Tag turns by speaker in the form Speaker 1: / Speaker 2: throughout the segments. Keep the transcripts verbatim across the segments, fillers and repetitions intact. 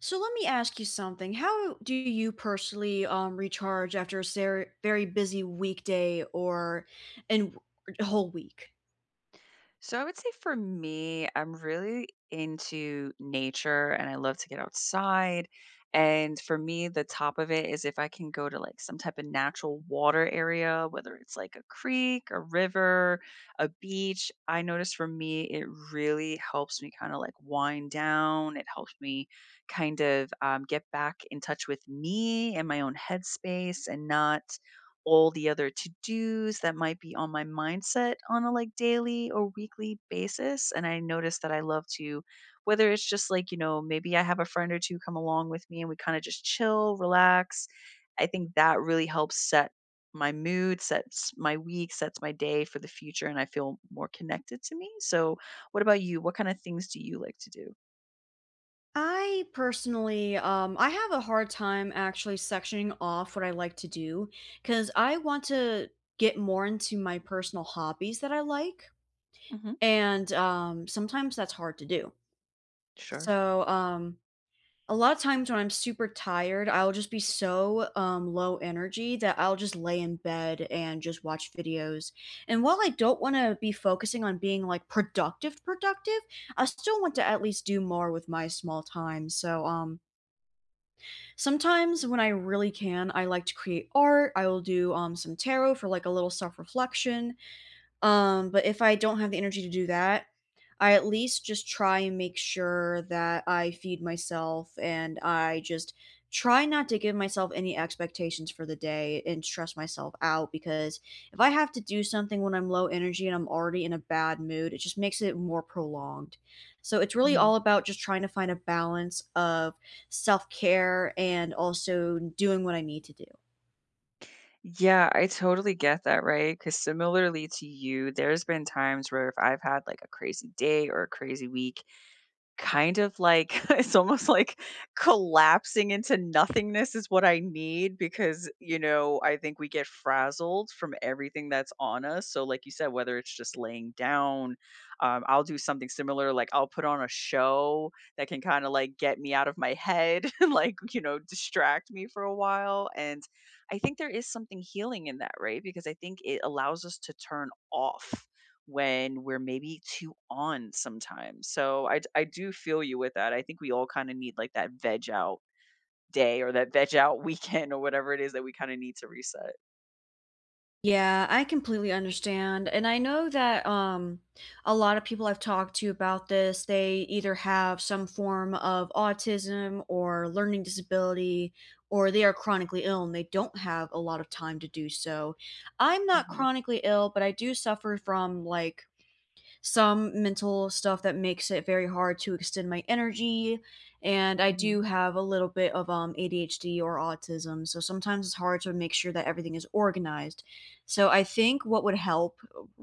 Speaker 1: So let me ask you something. How do you personally um, recharge after a ser- very busy weekday or and a whole week?
Speaker 2: So I would say for me, I'm really into nature and I love to get outside. And for me, the top of it is if I can go to like some type of natural water area, whether it's like a creek, a river, a beach. I notice for me, it really helps me kind of like wind down. It helps me kind of um, get back in touch with me and my own headspace and not all the other to-dos that might be on my mindset on a, like, daily or weekly basis, and I notice that I love to, whether it's just, like, you know, maybe I have a friend or two come along with me and we kinda just chill, relax. I think that really helps set my mood, sets my week, sets my day for the future, and I feel more connected to me. So, what about you? What kinda things do you like to do?
Speaker 1: I personally, um, I have a hard time actually sectioning off what I like to do because I want to get more into my personal hobbies that I like,
Speaker 2: Mhm.
Speaker 1: and um, sometimes that's hard to do.
Speaker 2: Sure.
Speaker 1: So um, A lot of times when I'm super tired, I'll just be so, um, low energy that I'll just lay in bed and just watch videos, and while I don't wanna be focusing on being, like, productive, productive, I still want to at least do more with my small time, so, um, sometimes when I really can, I like to create art, I will do, um, some tarot for, like, a little self-reflection, um, but if I don't have the energy to do that, I at least just try and make sure that I feed myself and I just try not to give myself any expectations for the day and stress myself out because if I have to do something when I'm low energy and I'm already in a bad mood, it just makes it more prolonged. So it's really
Speaker 2: Mhm.
Speaker 1: all about just trying to find a balance of self care and also doing what I need to do.
Speaker 2: Yeah, I totally get that, right? Because similarly to you, there's been times where if I've had like a crazy day or a crazy week, kind of like it's almost like collapsing into nothingness is what I need because, you know, I think we get frazzled from everything that's on us. So, like you said, whether it's just laying down, um, I'll do something similar. Like I'll put on a show that can kind of like get me out of my head, and like, you know, distract me for a while. And I think there is something healing in that, right? Because I think it allows us to turn off when we're maybe too on sometimes. So I d- I do feel you with that. I think we all kind of need like that veg out day or that veg out weekend or whatever it is that we kind of need to reset.
Speaker 1: Yeah, I completely understand, and I know that, um, a lot of people I've talked to about this, they either have some form of autism or learning disability, or they are chronically ill and they don't have a lot of time to do so. I'm not
Speaker 2: Hmm.
Speaker 1: chronically ill, but I do suffer from, like, some mental stuff that makes it very hard to extend my energy. And I
Speaker 2: Hmm.
Speaker 1: do have a little bit of um, A D H D or autism. So sometimes it's hard to make sure that everything is organized. So I think what would help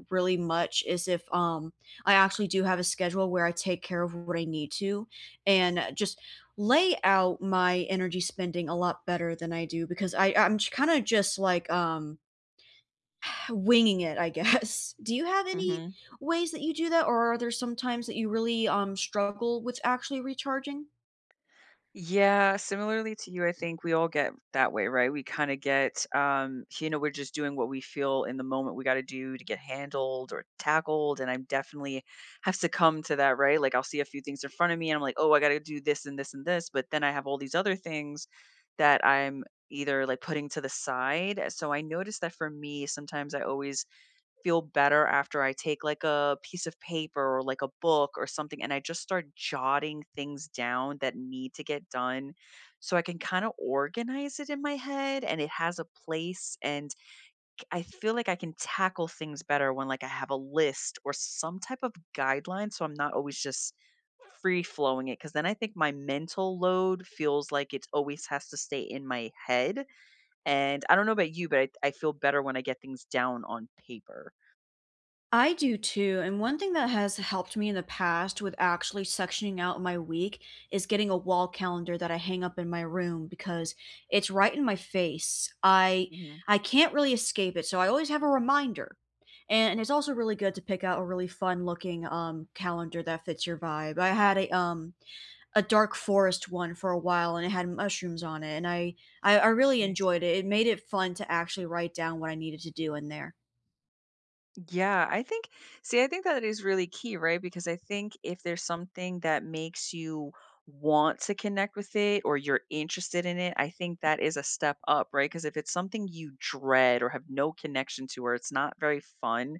Speaker 1: really much is if um, I actually do have a schedule where I take care of what I need to and just lay out my energy spending a lot better than I do because I I'm kind of just like um winging it, I guess. Do you have any
Speaker 2: Hmm.
Speaker 1: ways that you do that, or are there some times that you really, um, struggle with actually recharging?
Speaker 2: Yeah, similarly to you, I think we all get that way, right? We kind of get, um, you know, we're just doing what we feel in the moment we got to do to get handled or tackled. And I definitely have succumbed to that, right? Like I'll see a few things in front of me and I'm like, oh, I got to do this and this and this. But then I have all these other things that I'm either like putting to the side. So I noticed that for me, sometimes I always feel better after I take like a piece of paper or like a book or something and I just start jotting things down that need to get done so I can kind of organize it in my head and it has a place and I feel like I can tackle things better when like I have a list or some type of guideline so I'm not always just free flowing it because then I think my mental load feels like it always has to stay in my head. And I don't know about you, but I, I feel better when I get things down on paper.
Speaker 1: I do too, and one thing that has helped me in the past with actually sectioning out my week is getting a wall calendar that I hang up in my room because it's right in my face. I I can't really escape it, so I always have a reminder. And it's also really good to pick out a really fun looking, um, calendar that fits your vibe. I had a, um a dark forest one for a while and it had mushrooms on it and I, I i really
Speaker 2: Nice.
Speaker 1: enjoyed it. It made it fun to actually write down what I needed to do in there.
Speaker 2: Yeah, I think, see, I think that is really key, right? Because I think if there's something that makes you want to connect with it or you're interested in it, I think that is a step up, right? Because if it's something you dread or have no connection to or it's not very fun,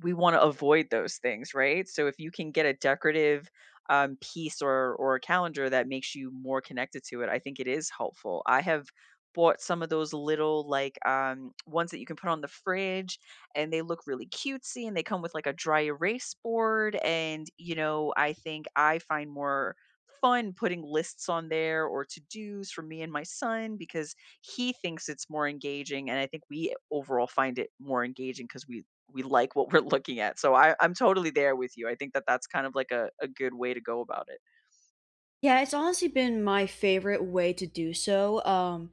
Speaker 2: we want to avoid those things, right? So if you can get a decorative um, piece or or a calendar that makes you more connected to it, I think it is helpful. I have bought some of those little like um ones that you can put on the fridge and they look really cutesy and they come with like a dry erase board. And, you know, I think I find more fun putting lists on there or to dos for me and my son because he thinks it's more engaging. And I think we overall find it more engaging because we, we like what we're looking at. So I, I'm totally there with you. I think that that's kind of like a, a good way to go about it.
Speaker 1: Yeah, it's honestly been my favorite way to do so, um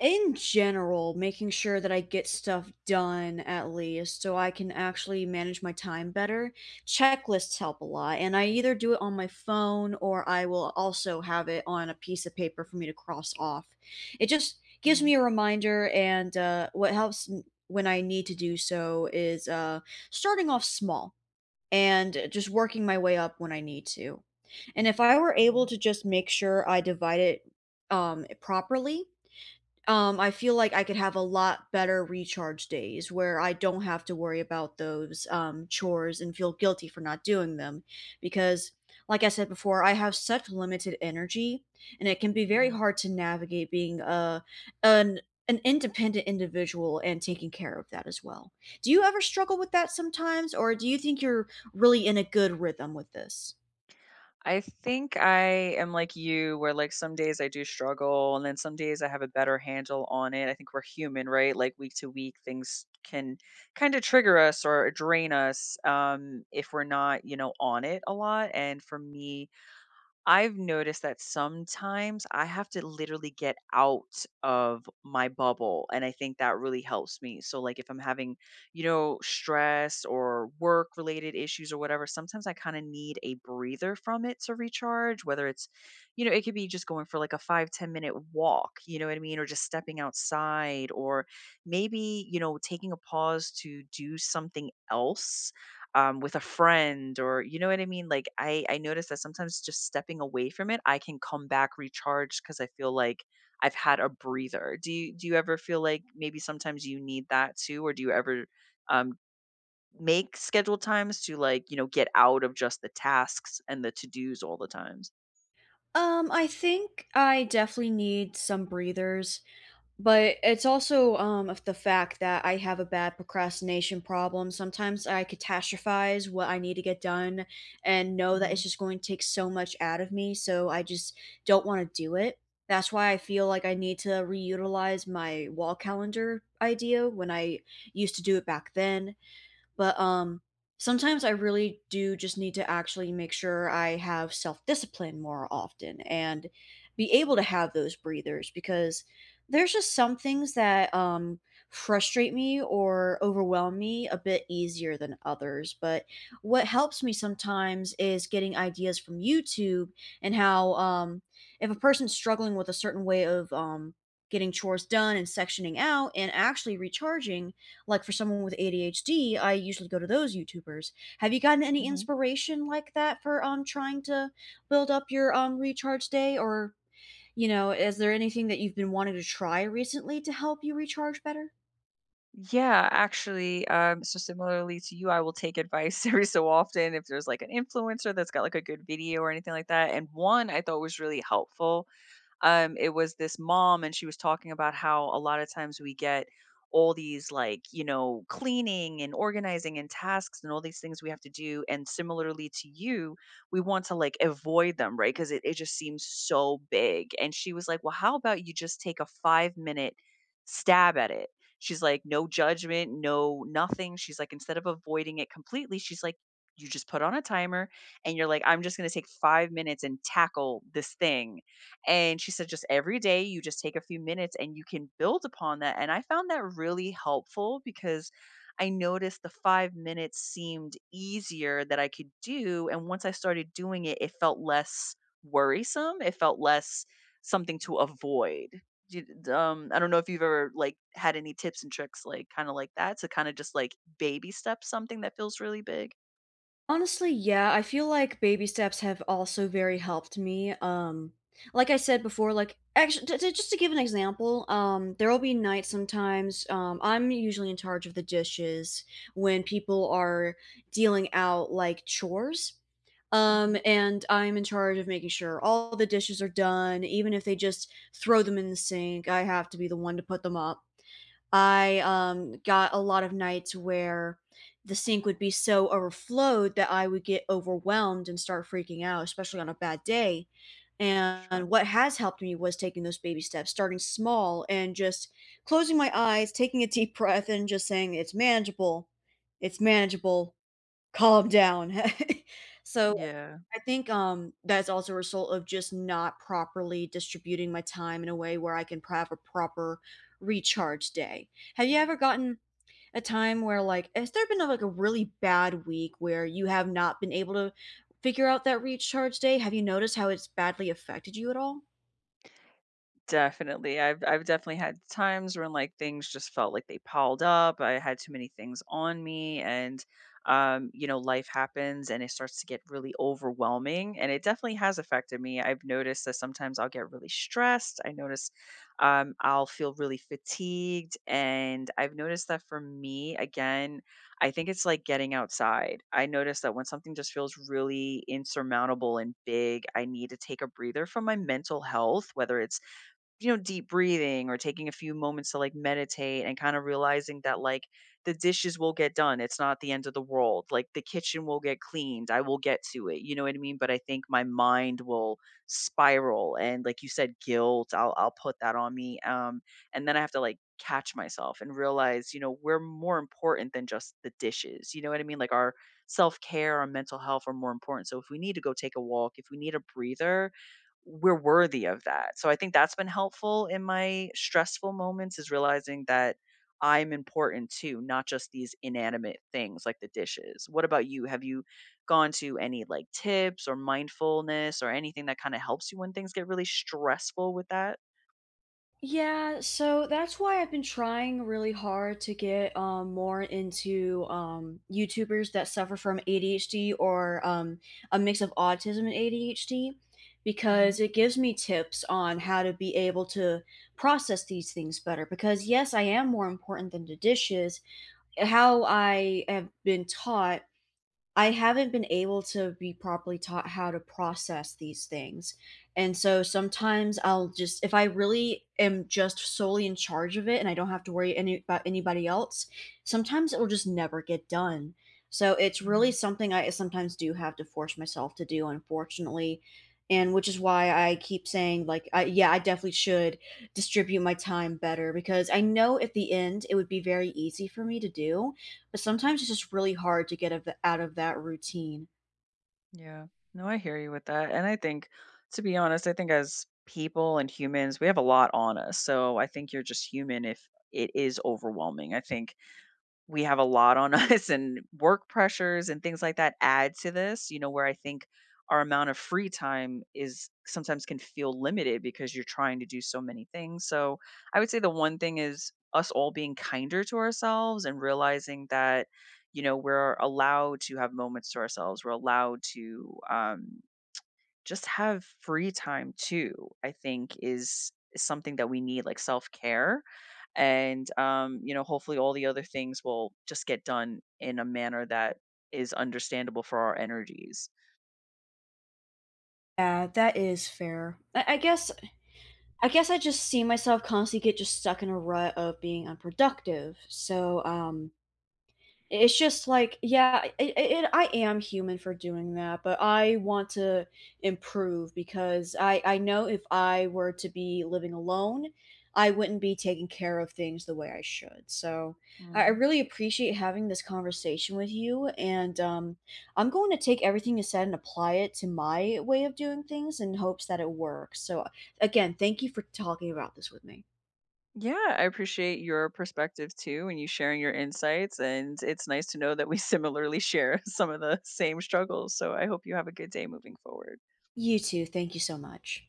Speaker 1: in general, making sure that I get stuff done at least so I can actually manage my time better. Checklists help a lot, and I either do it on my phone or I will also have it on a piece of paper for me to cross off. It just gives
Speaker 2: Mhm.
Speaker 1: me a reminder, and uh, what helps m- when I need to do so is uh, starting off small and just working my way up when I need to. And if I were
Speaker 2: Yeah,
Speaker 1: able to just make sure I divide it um, properly, um, I feel like I could have a lot better recharge days where I don't have to worry about those, um, chores and feel guilty for not doing them because, like I said before, I have such limited energy, and it can be very
Speaker 2: yeah.
Speaker 1: hard to navigate being a an an independent individual and taking care of that as well. Do you ever struggle with that sometimes, or do you think you're really in a good rhythm with this?
Speaker 2: I think I am like you, where like some days I do struggle, and then some days I have a better handle on it. I think we're human, right? Like week to week, things can kind of trigger us or drain us um, if we're not, you know, on it a lot. And for me, I've noticed that sometimes I have to literally get out of my bubble. And I think that really helps me. So, like, if I'm having, you know, stress or work related issues or whatever, sometimes I kind of need a breather from it to recharge, whether it's, you know, it could be just going for like a five to ten minute walk, you know what I mean? Or just stepping outside or maybe, you know, taking a pause to do something else um, with a friend or you know what I mean? Like I I notice that sometimes just stepping away from it, I can come back recharged because I feel like I've had a breather. Do you do you ever feel like maybe sometimes you need that too, or do you ever um, make scheduled times to like you know get out of just the tasks and the to dos all the times?
Speaker 1: Um, I think I definitely need some breathers. But it's also, um, of the fact that I have a bad procrastination problem. Sometimes I catastrophize what I need to get done and know that it's
Speaker 2: Mhm,
Speaker 1: just going to take so much out of me, so I just don't wanna do it. That's why I feel like I need to reutilize my wall calendar idea when I used to do it back then. But, um, sometimes I really do just need to actually make sure I have self-discipline more often and be able to have those breathers because there's just some things that, um, frustrate me or overwhelm me a bit easier than others. But what helps me sometimes is getting ideas from YouTube and how, um, if a person's struggling with a certain way of, um, getting chores done and sectioning out and actually recharging, like for someone with A D H D, I usually go to those YouTubers. Have you gotten any
Speaker 2: mhm.
Speaker 1: inspiration like that for um trying to build up your um recharge day or you know, is there anything that you've been wanting to try recently to help you recharge better?
Speaker 2: Yeah, actually, um, so similarly to you, I will take advice every so often if there's like an influencer that's got like a good video or anything like that. And one I thought was really helpful. Um, it was this mom, and she was talking about how a lot of times we get all these, like, you know, cleaning and organizing and tasks and all these things we have to do. And similarly to you, we want to like avoid them, right? Because it, it just seems so big. And she was like, Well, how about you just take a five minute stab at it? She's like, No judgment, no nothing. She's like, Instead of avoiding it completely, she's like, you just put on a timer and you're like, I'm just going to take five minutes and tackle this thing, and she said, just every day, you just take a few minutes and you can build upon that. And I found that really helpful because I noticed the five minutes seemed easier that I could do. And once I started doing it, it felt less worrisome. It felt less something to avoid. Do you- Um, I don't know if you've ever like had any tips and tricks like kind of like that to kind of just like baby step something that feels really big.
Speaker 1: Honestly, yeah, I feel like baby steps have also very helped me. Um, like I said before, like actually, t- t- just to give an example, um, there will be nights sometimes. Um, I'm usually in charge of the dishes when people are dealing out like chores.
Speaker 2: Hmm.
Speaker 1: Um, and I'm in charge of making sure all the dishes are done, even if they just throw them in the sink. I have to be the one to put them up. I, um, got a lot of nights where the sink would be so overflowed that I would get overwhelmed and start freaking out, especially on a bad day, and
Speaker 2: Sure.
Speaker 1: what has helped me was taking those baby steps, starting small and just closing my eyes, taking a deep breath, and just saying, "It's manageable. It's manageable. Calm down." So
Speaker 2: Yeah.
Speaker 1: I think, um, that's also a result of just not properly distributing my time in a way where I can pro have a proper recharge day. Have you ever gotten a time where, like, has there been, a, like, a really bad week where you have not been able to figure out that recharge day? Have you noticed how it's badly affected you at all?
Speaker 2: Definitely. I've I've definitely had times when like things just felt like they piled up. I had too many things on me and um, you know, life happens and it starts to get really overwhelming and it definitely has affected me. I've noticed that sometimes I'll get really stressed. I notice um I'll feel really fatigued and I've noticed that for me again, I think it's like getting outside. I notice that when something just feels really insurmountable and big, I need to take a breather from my mental health, whether it's you know, deep breathing or taking a few moments to like meditate and kind of realizing that like the dishes will get done. It's not the end of the world. Like the kitchen will get cleaned. I will get to it. You know what I mean? But I think my mind will spiral and like you said, guilt, I'll I'll put that on me. Um, and then I have to like catch myself and realize, you know, we're more important than just the dishes. You know what I mean? Like our self-care, our mental health are more important. So if we need to go take a walk, if we need a breather, we're worthy of that. So I think that's been helpful in my stressful moments is realizing that I'm important too, not just these inanimate things like the dishes. What about you? Have you gone to any like tips or mindfulness or anything that kind of helps you when things get really stressful with that?
Speaker 1: Yeah, so that's why I've been trying really hard to get um, more into um, YouTubers that suffer from A D H D or um, a mix of autism and A D H D
Speaker 2: Hmm.
Speaker 1: because it gives me tips on how to be able to process these things better. Because, yes, I am more important than the dishes. How I have been taught I haven't been able to be properly taught how to process these things. And so sometimes I'll just if I really am just solely in charge of it and I don't have to worry any about anybody else, sometimes it will just never get done. So it's
Speaker 2: Hmm.
Speaker 1: really something I sometimes do have to force myself to do, unfortunately. And which is why I keep saying, like, I, yeah, I definitely should distribute my time better because I know at the end it would be very easy for me to do but sometimes it's just really hard to get of the, out of that routine.
Speaker 2: Yeah. No, I hear you with that. And I think, to be honest, I think as people and humans, we have a lot on us. So I think you're just human if it is overwhelming. I think we have a lot on us and work pressures and things like that add to this, you know, where I think our amount of free time is sometimes can feel limited because you're trying to do so many things. So I would say the one thing is us all being kinder to ourselves and realizing that, you know, we're allowed to have moments to ourselves. We're allowed to um, just have free time too, I think is, is something that we need, like self care and um, you know hopefully all the other things will just get done in a manner that is understandable for our energies.
Speaker 1: Yeah, that is fair. I, I guess I guess I just see myself constantly get just stuck in a rut of being unproductive. So um it's just like, yeah, i it I am human for doing that, but I want to improve because I I know if I were to be living alone, I wouldn't be taking care of things the way I should, so I I
Speaker 2: Mm.
Speaker 1: really appreciate having this conversation with you, and, um, I'm going to take everything you said and apply it to my way of doing things in hopes that it works, so, again, thank you for talking about this with me.
Speaker 2: Yeah, I appreciate your perspective too and you sharing your insights and it's nice to know that we similarly share some of the same struggles, so I hope you have a good day moving forward.
Speaker 1: You too, thank you so much.